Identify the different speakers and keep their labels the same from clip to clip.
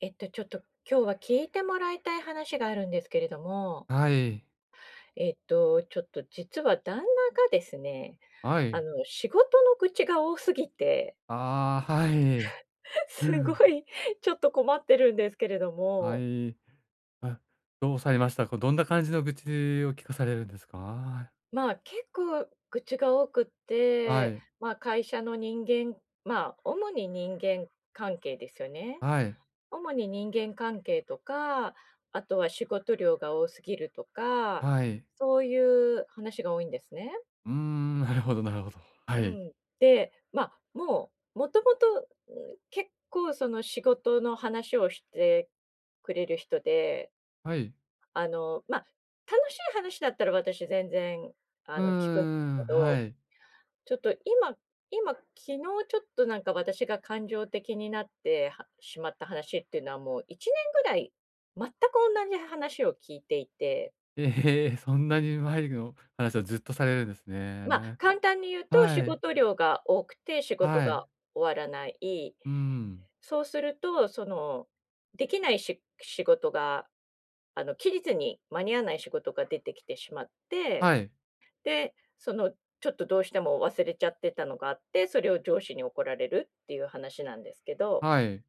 Speaker 1: ちょっと今日は聞いてもらいたい話があるんですけれども、
Speaker 2: はい。
Speaker 1: ちょっと実は旦那がですね、
Speaker 2: はい。
Speaker 1: 仕事の愚痴が多すぎて、
Speaker 2: ああ、はい。う
Speaker 1: すご
Speaker 2: ん。
Speaker 1: いちょっと困ってるんですけれど
Speaker 2: は
Speaker 1: も、
Speaker 2: い。あ、どうされました？こう、どんな感じの愚痴を聞かされるんですか？
Speaker 1: まあ、結構愚痴が多くっ
Speaker 2: は
Speaker 1: て、
Speaker 2: い。
Speaker 1: まあ、会社の人間、まあ、主に人間関係ですよね。
Speaker 2: はい。
Speaker 1: 主に人間関係とか、あとは仕事量が多すぎるとか、
Speaker 2: はい。
Speaker 1: そういう話が多いんですね。
Speaker 2: うーん、なるほどなるほど。
Speaker 1: う
Speaker 2: はい。
Speaker 1: ん。で、まあ、もう、もともと、結構その仕事の話をしてくれる人で、
Speaker 2: はい。
Speaker 1: まあ、楽しい話だったら私全然、
Speaker 2: うー
Speaker 1: 聞くんです
Speaker 2: ん、
Speaker 1: け
Speaker 2: は
Speaker 1: ど、
Speaker 2: い。
Speaker 1: ちょっと今、昨日ちょっとなんか私が感情的になってはしまった話っていうのはもう1年ぐらい、全く同じ話を聞いていて、
Speaker 2: ええ、そんなに前の話をずっとされるんです
Speaker 1: まあ、
Speaker 2: ね。
Speaker 1: 簡単に言うと仕
Speaker 2: はい。
Speaker 1: 事量が多くて仕事
Speaker 2: はい。
Speaker 1: が終わらない。
Speaker 2: うん。
Speaker 1: そうすると、その、できないし仕事が、期日に間に合わない仕事が出てきてしまって、
Speaker 2: はい。
Speaker 1: で、その、ちょっとどうしても忘れちゃってたのがあって、それを上司に怒られるっていう話なんですけど、
Speaker 2: はい。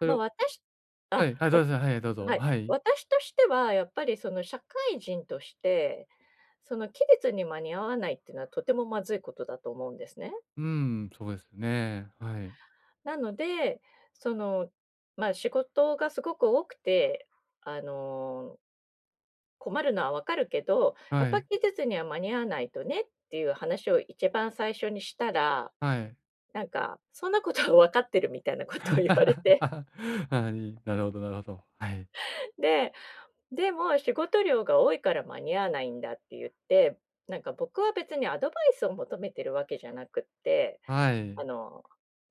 Speaker 2: それ
Speaker 1: まあ、
Speaker 2: を、
Speaker 1: 私
Speaker 2: は
Speaker 1: あ、
Speaker 2: い、はい、
Speaker 1: わ
Speaker 2: どうぞ、はい、どうぞ。
Speaker 1: はい。
Speaker 2: はい。
Speaker 1: 私としてはやっぱりその社会人として、その期日に間に合わないっていうのはとてもまずいことだと思うんですね。
Speaker 2: うん、そうですね。はい。
Speaker 1: なので、その、ま、仕事がすごく多くて、あの困るのはわかるけど、やっ
Speaker 2: は
Speaker 1: ぱ
Speaker 2: い。
Speaker 1: 期日には間に合わないとねっていう話を一番最初にしたら、
Speaker 2: はい。
Speaker 1: なんか、そんなことは分かってるみたいなこ とを言われて、
Speaker 2: はい、なるほどなるほど。はい。
Speaker 1: で、でも仕事量が多いから間に合わないんだって言って、なんか僕は別にアドバイスを求めてるわけじゃなくって、
Speaker 2: は
Speaker 1: あ
Speaker 2: い。
Speaker 1: の、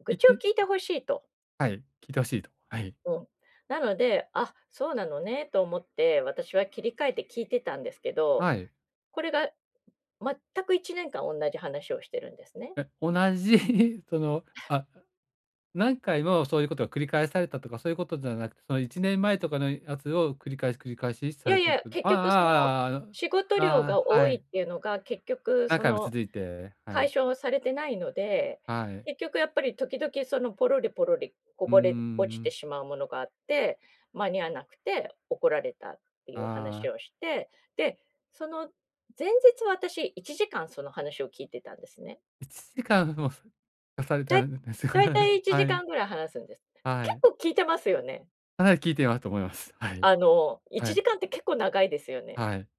Speaker 1: 愚
Speaker 2: 聞い
Speaker 1: 痴を
Speaker 2: て、
Speaker 1: 聞いてほしいと。
Speaker 2: はい、聞いて欲しいと。はい。
Speaker 1: うん。なので、あ、そうなのねと思って私は切り替えて聞いてたんですけど、
Speaker 2: はい。
Speaker 1: これが全く1年間同じ話をしてるんですね。
Speaker 2: え、同じ その、あ、何回もそういうことが繰り返されたとか、そういうことじゃなくて、その1年前とかのやつを繰り返し繰り返し
Speaker 1: い
Speaker 2: さ
Speaker 1: や
Speaker 2: れ
Speaker 1: い
Speaker 2: てるっ
Speaker 1: や、
Speaker 2: てこと、
Speaker 1: 結
Speaker 2: あ
Speaker 1: 局その、
Speaker 2: あ
Speaker 1: 仕
Speaker 2: あ
Speaker 1: 事
Speaker 2: ああ
Speaker 1: 量
Speaker 2: あ、あ
Speaker 1: が
Speaker 2: あ、
Speaker 1: 多
Speaker 2: は
Speaker 1: いっ
Speaker 2: い。
Speaker 1: ていうのが、結局
Speaker 2: 何
Speaker 1: そ
Speaker 2: 回も
Speaker 1: の、
Speaker 2: 続いて、はい、
Speaker 1: 解消されてないので、
Speaker 2: はい。
Speaker 1: 結局やっぱり時々そのポロリポロリこ
Speaker 2: うー
Speaker 1: ぼれ落ちて
Speaker 2: ん。
Speaker 1: しまうものがあって、間に合わなくて怒られたっていう
Speaker 2: あ
Speaker 1: 話
Speaker 2: あ、
Speaker 1: をして、で、その前日は私1時間その話を聞いてたんですね。
Speaker 2: 1時間もさされ
Speaker 1: だ
Speaker 2: た
Speaker 1: い
Speaker 2: んですよ
Speaker 1: だ
Speaker 2: ね。
Speaker 1: いた い1
Speaker 2: は
Speaker 1: 時
Speaker 2: い、
Speaker 1: 間ぐらい話すんです。
Speaker 2: は
Speaker 1: 結
Speaker 2: い。
Speaker 1: 構聞いてますよね。
Speaker 2: かなり聞いてますと思います。はい、
Speaker 1: あの、
Speaker 2: は
Speaker 1: 1
Speaker 2: い、
Speaker 1: 時間って結構長いですよね。
Speaker 2: はい。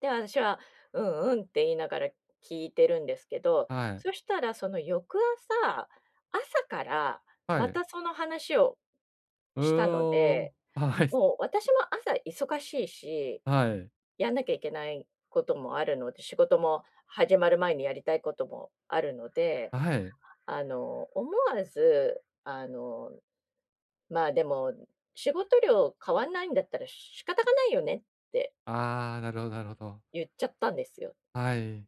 Speaker 1: で、私は「うんうん」って言いながら聞いてるんですけど、
Speaker 2: はい。
Speaker 1: そしたらその翌朝、朝から
Speaker 2: は
Speaker 1: ま
Speaker 2: い。
Speaker 1: たその話を
Speaker 2: う
Speaker 1: したの
Speaker 2: お
Speaker 1: で、
Speaker 2: ー。はい。
Speaker 1: もう私も朝忙しいし、
Speaker 2: はい。
Speaker 1: やんなきゃいけないこともあるので、仕事も始まる前にやりたいこともあるので、
Speaker 2: はい。
Speaker 1: 思わず、まあ、でも「仕事量変わんないんだったら仕方がないよね」って
Speaker 2: ああ、なるほどなるほど。
Speaker 1: 言っちゃったんですよ。
Speaker 2: はい。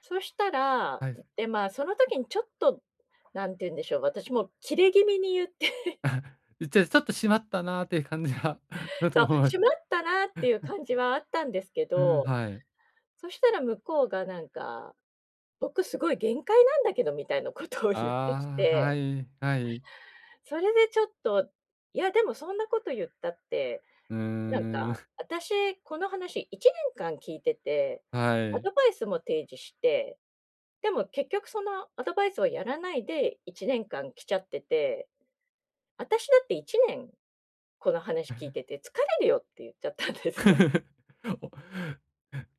Speaker 1: そしたら、
Speaker 2: はい。
Speaker 1: で、まあ、その時にちょっと、なんて言うんでしょう、私もキレ気味に言って、
Speaker 2: ちょちょっとしまったなーっていう感じが だと
Speaker 1: そう、
Speaker 2: 思いま
Speaker 1: 「し
Speaker 2: す。
Speaker 1: まったな」っていう感じはあったんですけ
Speaker 2: うん、
Speaker 1: ど、
Speaker 2: はい。
Speaker 1: そしたら向こうがなんか、「僕すごい限界なんだけど」みたいなことを言ってき
Speaker 2: ああ、は
Speaker 1: て、
Speaker 2: い、はい。
Speaker 1: それでちょっと、「いや、でもそんなこと言ったって、
Speaker 2: うー
Speaker 1: なんか、
Speaker 2: ん、
Speaker 1: 私この話1年間聞いてて、
Speaker 2: は
Speaker 1: ア
Speaker 2: い。
Speaker 1: ドバイスも提示して、でも結局そのアドバイスをやらないで1年間来ちゃってて」私だって1年この話聞いてて「疲れるよ」って言っちゃったんですよ。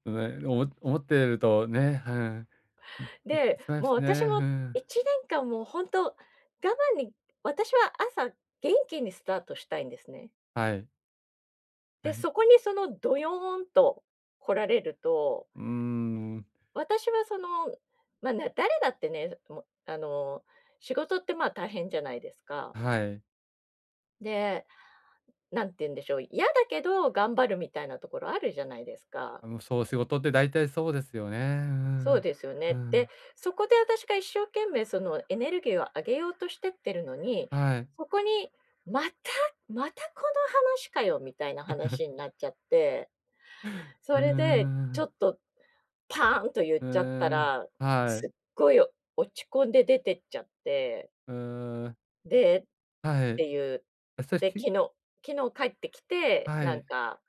Speaker 2: おね、おも思ってるとね、うん、
Speaker 1: で、
Speaker 2: しまいま
Speaker 1: もう
Speaker 2: す
Speaker 1: 私
Speaker 2: ね。う
Speaker 1: も
Speaker 2: ん。
Speaker 1: 1年間もう本当我慢に私は朝元気にスタートしたいんですね。
Speaker 2: はい。は
Speaker 1: で、
Speaker 2: い。
Speaker 1: そこにそのドヨーンと来られると、
Speaker 2: うーん、
Speaker 1: 私はその、ま、誰だってね、もうあの、仕事ってまあ大変じゃないですか。
Speaker 2: はい。
Speaker 1: で、何て言うんでしょう、嫌だけど頑張るみたいなところあるじゃないですか。
Speaker 2: あの、そう、仕事って大体そうですよね。う
Speaker 1: そう
Speaker 2: ん。
Speaker 1: ですよ
Speaker 2: う
Speaker 1: ね。で、
Speaker 2: ん、
Speaker 1: そこで私が一生懸命そのエネルギーを上げようとしてってるのに、
Speaker 2: はい。
Speaker 1: そこにまた、またこの話かよみたいな話になっちゃって、そ
Speaker 2: うー
Speaker 1: れでちょ
Speaker 2: ん、
Speaker 1: っとパーンと言っ
Speaker 2: う
Speaker 1: ちゃった
Speaker 2: ーん、
Speaker 1: ら、
Speaker 2: は
Speaker 1: すっ
Speaker 2: い、
Speaker 1: ごい落ち込んで出てっちゃって、
Speaker 2: うーん、
Speaker 1: で、っ
Speaker 2: はい。
Speaker 1: ていう。
Speaker 2: あ、さっ
Speaker 1: で、
Speaker 2: き、
Speaker 1: 昨日帰ってきて、
Speaker 2: は
Speaker 1: なん
Speaker 2: い、
Speaker 1: か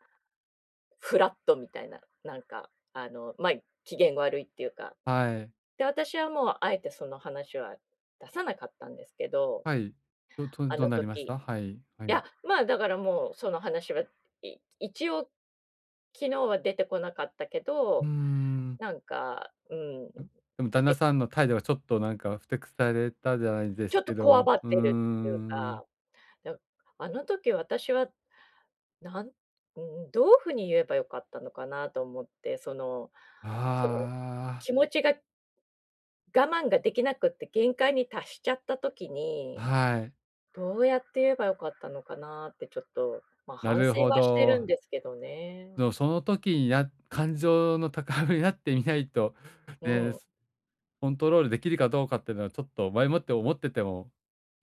Speaker 1: フラットみたいな、なんかあの、まあ、機嫌悪いっていうか、
Speaker 2: はい、
Speaker 1: で、私はもうあえてその話は出さなかったんですけど、
Speaker 2: はい。どど
Speaker 1: あ
Speaker 2: どう
Speaker 1: の
Speaker 2: なりま
Speaker 1: 時。
Speaker 2: し
Speaker 1: い
Speaker 2: た？はい、はい。
Speaker 1: や、まあ、だからもうその話は、一応昨日は出てこなかったけ
Speaker 2: うー
Speaker 1: ど、
Speaker 2: ん。
Speaker 1: なんか、うん、
Speaker 2: でも旦那さんの態度がちょっとなんかふてくされたじゃないで
Speaker 1: ち
Speaker 2: す
Speaker 1: ょっと
Speaker 2: け
Speaker 1: こわ
Speaker 2: ど、
Speaker 1: ばっ
Speaker 2: うー
Speaker 1: てるっていう
Speaker 2: ん。
Speaker 1: か、だあの時私は、なん、うん、どう風に言えばよかったのかなと思って、その、その、
Speaker 2: あ
Speaker 1: 気持ちが我慢ができなくって限界に達しちゃった時
Speaker 2: あ、
Speaker 1: に
Speaker 2: はい。
Speaker 1: どうやって言えばよかったのかなってちょっと、まあ、
Speaker 2: な
Speaker 1: 反
Speaker 2: る
Speaker 1: 省
Speaker 2: ほ
Speaker 1: はしてる
Speaker 2: ど。
Speaker 1: んですけどね。
Speaker 2: でもその時にや感情の高ぶりになってみないと、
Speaker 1: う
Speaker 2: ね、
Speaker 1: ん。
Speaker 2: コントロールできるかどうかっていうのは、ちょっと前もって思ってても、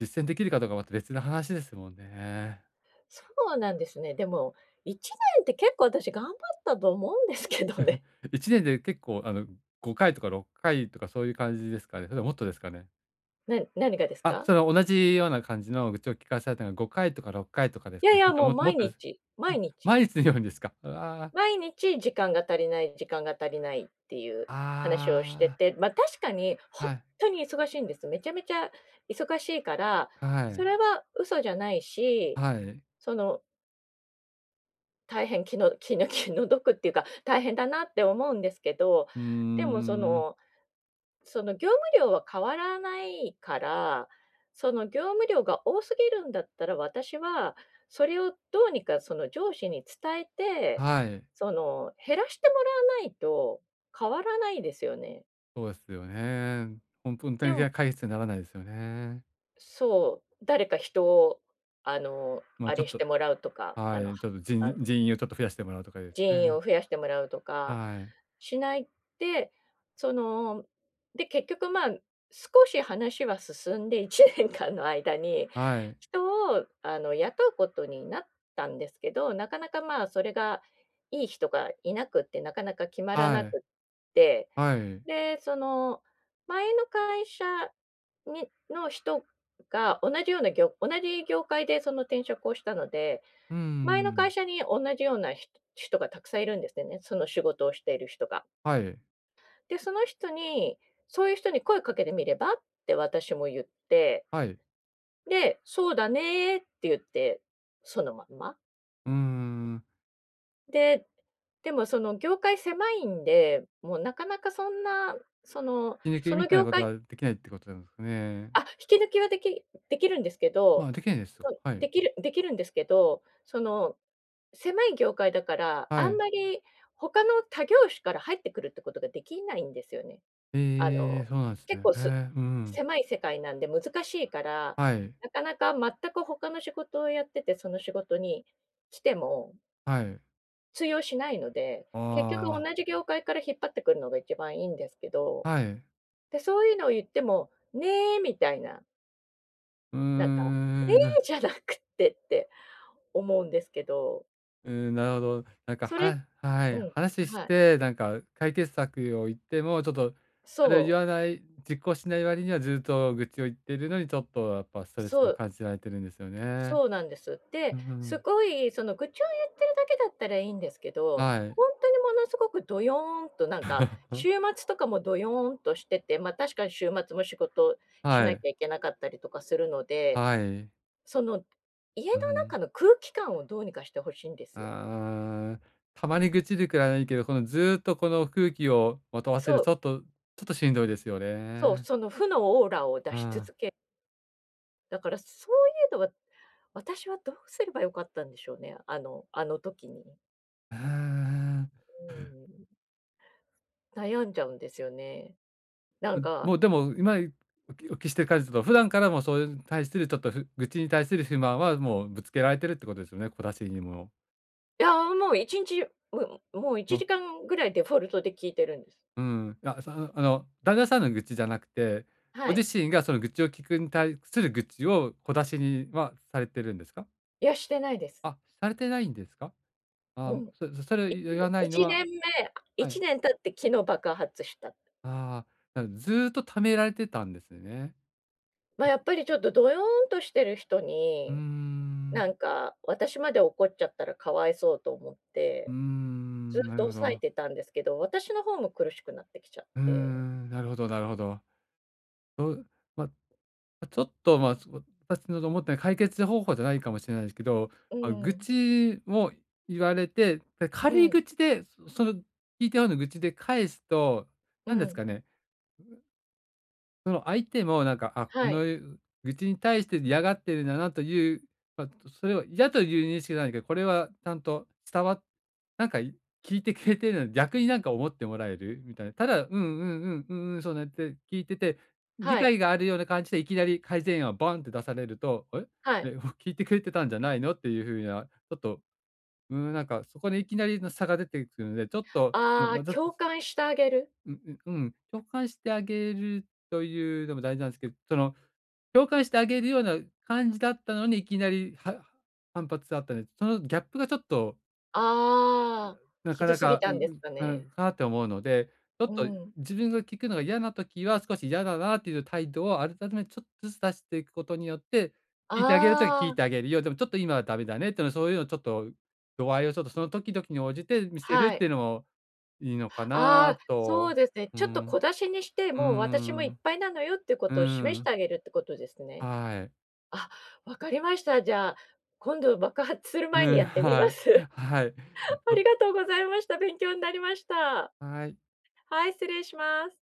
Speaker 2: 実践できるかどうかまた別の話ですもんね。
Speaker 1: そうなんですね。でも、1年って結構私頑張ったと思うんですけどね。
Speaker 2: 1年で結構、5回とか6回とかそういう感じですかね？それはもっとですかね？
Speaker 1: 何がです
Speaker 2: あ、
Speaker 1: か？
Speaker 2: その同じような感じの愚痴を聞かされたのは5回とか6回とかです
Speaker 1: いや
Speaker 2: か
Speaker 1: い
Speaker 2: ね？そ
Speaker 1: や、
Speaker 2: れと
Speaker 1: もう
Speaker 2: もも
Speaker 1: 毎
Speaker 2: っとです。
Speaker 1: 日、
Speaker 2: うん、
Speaker 1: 毎日、
Speaker 2: 毎日のようにですか？ああ、
Speaker 1: 毎日時間が足りない時間が足りないっていう話をして
Speaker 2: あ
Speaker 1: て、ま、確かに
Speaker 2: あ、
Speaker 1: 本
Speaker 2: はい、
Speaker 1: 当に忙しいんです。めちゃめちゃ忙しいから、
Speaker 2: は
Speaker 1: そ
Speaker 2: い、
Speaker 1: れは嘘じゃないし、
Speaker 2: はい。
Speaker 1: その大変気の毒っていうか、大変だなって思うんですけど、
Speaker 2: うー
Speaker 1: でも
Speaker 2: ん、
Speaker 1: その業務量は変わらないから、その業務量が多すぎるんだったら、私はそれをどうにかその上司に伝えて、
Speaker 2: はい、
Speaker 1: その減らしてもらわないと変わらないですよね。
Speaker 2: そうですよね。ほんとに
Speaker 1: でも
Speaker 2: 解決にならないですよね。
Speaker 1: そう、誰か人をあの、あ
Speaker 2: ま、ちょ
Speaker 1: れ
Speaker 2: っ
Speaker 1: し
Speaker 2: と、
Speaker 1: てもらうとか、
Speaker 2: はい、ちょっと
Speaker 1: あ
Speaker 2: 人人員をちょっと増やしてもらうとかです
Speaker 1: 人員
Speaker 2: ね。
Speaker 1: を増やしてもらうとか
Speaker 2: はい。
Speaker 1: しないで、その、で、結局、まあ、少し話は進んで1年間の間に、
Speaker 2: はい。
Speaker 1: 人をあの雇うことになったんですけど、なかなか、まあ、それがいい人がいなくって、なかなか決まら
Speaker 2: は
Speaker 1: な
Speaker 2: い。
Speaker 1: くって、
Speaker 2: はい。
Speaker 1: で、その、前の会社にの人が同じようなぎょ同じ業界でその転職をしたので、
Speaker 2: うー
Speaker 1: 前の会
Speaker 2: ん。
Speaker 1: 社に同じような人がたくさんいるんですよね、その仕事をしている人が。
Speaker 2: はい。
Speaker 1: で、その人に、「そういう人に声かけてみれば？」って私も言って、
Speaker 2: はい。
Speaker 1: で、「そうだね」って言って、そのまんま。
Speaker 2: うーん。
Speaker 1: で、でもその業界狭いんで、もうなかなかそんな、その
Speaker 2: 人
Speaker 1: そ
Speaker 2: 抜
Speaker 1: の
Speaker 2: みたいな
Speaker 1: 業
Speaker 2: こと
Speaker 1: 界
Speaker 2: はできないってことなんですかね。
Speaker 1: あ、引き抜きはできるんですけ
Speaker 2: ま
Speaker 1: ど、
Speaker 2: あ、できないですよ。
Speaker 1: そ
Speaker 2: はい。
Speaker 1: できるできるんですけど、その狭い業界だから、
Speaker 2: は
Speaker 1: あん
Speaker 2: い。
Speaker 1: まり他業種から入ってくるってことができないんですよね。あ
Speaker 2: え
Speaker 1: の、
Speaker 2: え、そうなんです
Speaker 1: 結
Speaker 2: ね。
Speaker 1: 構
Speaker 2: へ
Speaker 1: す
Speaker 2: え、うん。
Speaker 1: 狭い世界なんで難しいから、
Speaker 2: はい。
Speaker 1: なかなか全く他の仕事をやってて、その仕事に来ても
Speaker 2: はい。
Speaker 1: 通用しないので、結局
Speaker 2: ああ、
Speaker 1: 同じ業界から引っ張ってくるのが一番いいんですけど、
Speaker 2: はい。
Speaker 1: で、そういうのを言っても、「ねえ」みたいな、
Speaker 2: う
Speaker 1: なんか、
Speaker 2: ー
Speaker 1: 「ね
Speaker 2: ん。
Speaker 1: え」じゃなくってって思うんですけど、
Speaker 2: うーん、なるほど。なんか、
Speaker 1: それ
Speaker 2: はは
Speaker 1: う
Speaker 2: い、
Speaker 1: ん、
Speaker 2: 話し
Speaker 1: はい。
Speaker 2: て、なんか解決策を言っても、ちょっとそれを言
Speaker 1: そ
Speaker 2: わない、実行しない割にはずっと愚痴を言ってるのに、ちょっとやっぱス
Speaker 1: う、
Speaker 2: トレ
Speaker 1: そ
Speaker 2: スを
Speaker 1: う
Speaker 2: 感じられてるんですよね。
Speaker 1: そうなんです。
Speaker 2: う
Speaker 1: で、す
Speaker 2: ん、
Speaker 1: ごいその愚痴を言ってるだけだったらいいんですけど、
Speaker 2: はい。
Speaker 1: ほんとにものすごくどよーんとなんか、週 末とかもどよーんとしてて、ま、確かに週末も仕事し
Speaker 2: は
Speaker 1: な
Speaker 2: い。
Speaker 1: きゃいけなかったりとかするので、
Speaker 2: はい。
Speaker 1: その家の
Speaker 2: う
Speaker 1: 中
Speaker 2: ん。
Speaker 1: の空気感をどうにかして欲しいんですよ。
Speaker 2: ああ、たまに愚痴るくらいはいいけど、このずーっとこの空気をまとわせ
Speaker 1: そ
Speaker 2: る、
Speaker 1: う、
Speaker 2: ちょっとちょっとしんどいですよ
Speaker 1: そう、
Speaker 2: ね。
Speaker 1: その負のオーラを出
Speaker 2: う
Speaker 1: し
Speaker 2: ん。
Speaker 1: 続けだからそういうのは、私はどうすればよかったんでしょうね、あの時に。
Speaker 2: うん、
Speaker 1: うーん、悩んじゃうんですよね。な
Speaker 2: う
Speaker 1: ん
Speaker 2: ん、も
Speaker 1: か
Speaker 2: うでも、今おきお聞きしてる感じだと、普段からもそれに対するちょっとふ愚痴に対する不満はもうぶつけられてるってことですよね、小出しにも。
Speaker 1: いや、もう1日、もう1
Speaker 2: もう、
Speaker 1: 時間ぐらいデフォルトで聞いてるんです。
Speaker 2: うん、あ、そ、あの、旦那さんの愚痴じゃなくて、
Speaker 1: は
Speaker 2: ご
Speaker 1: い。
Speaker 2: 自身がその愚痴を聞くに対する愚痴を小出しにはされてるんですか？
Speaker 1: いや、してないです。
Speaker 2: あ、されてないんですか？あ
Speaker 1: うん。
Speaker 2: そそ、それを言わないの
Speaker 1: 1年
Speaker 2: は、
Speaker 1: 目、
Speaker 2: は
Speaker 1: 1
Speaker 2: い。
Speaker 1: 年経って昨日爆発した。
Speaker 2: ああ、なずーっと溜められてたんですね。
Speaker 1: ま、やっぱりちょっとどよんとしてる人
Speaker 2: うー
Speaker 1: に、
Speaker 2: ん、
Speaker 1: なんか私まで怒っちゃったらかわいそうと思っ
Speaker 2: うー
Speaker 1: て、ず
Speaker 2: ん、
Speaker 1: っ
Speaker 2: な
Speaker 1: と
Speaker 2: るほ
Speaker 1: 抑え
Speaker 2: ど。
Speaker 1: てたんですけど、私の方も苦しくなってきちゃっ
Speaker 2: うー
Speaker 1: て。
Speaker 2: ん、なるほどなるほど。まあ、ま、ちょっと、ま、そ、私の思った解決方法じゃないかもしれないですけど、
Speaker 1: う
Speaker 2: まあ、愚
Speaker 1: ん、
Speaker 2: 痴を言われて、で、
Speaker 1: う
Speaker 2: 軽い
Speaker 1: ん、
Speaker 2: 愚痴で、そその聞いたような愚痴で返すと、
Speaker 1: う
Speaker 2: なんです
Speaker 1: ん。
Speaker 2: かね、その相手もなんか、あ、こ
Speaker 1: は
Speaker 2: の
Speaker 1: い、
Speaker 2: 愚痴に対して嫌がってるんだなという、まあ、それを嫌という認識じゃないけど、これはちゃんと伝わっ、なんかい、聞いてくれてるのに、逆になんか思ってもらえるみたいな。ただ、うんうんうん、うんうん、そうねって聞いてて、理
Speaker 1: はい、
Speaker 2: 解があるような感じでいきなり改善案をバンって出されると、え、
Speaker 1: はい。
Speaker 2: え、聞いてくれてたんじゃないのっていう風な、ちょっと、うん、なんかそこでいきなりの差が出てくるので、ちょっと、うん、
Speaker 1: ああ、
Speaker 2: わ、
Speaker 1: 共感してあげる。
Speaker 2: うん、うん、共感してあげるというのも大事なんですけど、その、共感してあげるような感じだったのに、いきなりは反発あったので、そのギャップがちょっと
Speaker 1: ああ、
Speaker 2: な
Speaker 1: ひ
Speaker 2: か
Speaker 1: ど
Speaker 2: な
Speaker 1: すぎ
Speaker 2: か、
Speaker 1: た
Speaker 2: う
Speaker 1: んです
Speaker 2: う、
Speaker 1: か
Speaker 2: か
Speaker 1: ね。
Speaker 2: かなって思うので、ちょ
Speaker 1: う
Speaker 2: っと
Speaker 1: ん。
Speaker 2: 自分が聞くのが嫌な時は、少し嫌だなっていう態度を改めてちょっとずつ出していくことによって、聞いてあげる時は
Speaker 1: あ
Speaker 2: 聞い
Speaker 1: あ、
Speaker 2: てあげるよ、でもちょっと今はダメだねっていうの、そういうのちょっと度合いをちょっとその時々に応じて見せる
Speaker 1: は
Speaker 2: って
Speaker 1: い。
Speaker 2: いうのもいいのか
Speaker 1: ああ、
Speaker 2: な
Speaker 1: そう
Speaker 2: と。
Speaker 1: ですね。
Speaker 2: う
Speaker 1: ちょっと小
Speaker 2: ん。
Speaker 1: 出しにして、
Speaker 2: うー
Speaker 1: もう私もい
Speaker 2: ん。
Speaker 1: っぱいなのよっていうこ
Speaker 2: うー
Speaker 1: とを示して
Speaker 2: ん。
Speaker 1: あげるってことですね。
Speaker 2: はい。
Speaker 1: あ、わかりました。じゃあ、今度爆発する
Speaker 2: う
Speaker 1: 前に
Speaker 2: ん、
Speaker 1: やってみ
Speaker 2: は
Speaker 1: ま
Speaker 2: い。
Speaker 1: す。
Speaker 2: はい。
Speaker 1: あ
Speaker 2: と、
Speaker 1: りがとうございました。勉強になりました。
Speaker 2: はい。
Speaker 1: はい、失礼します。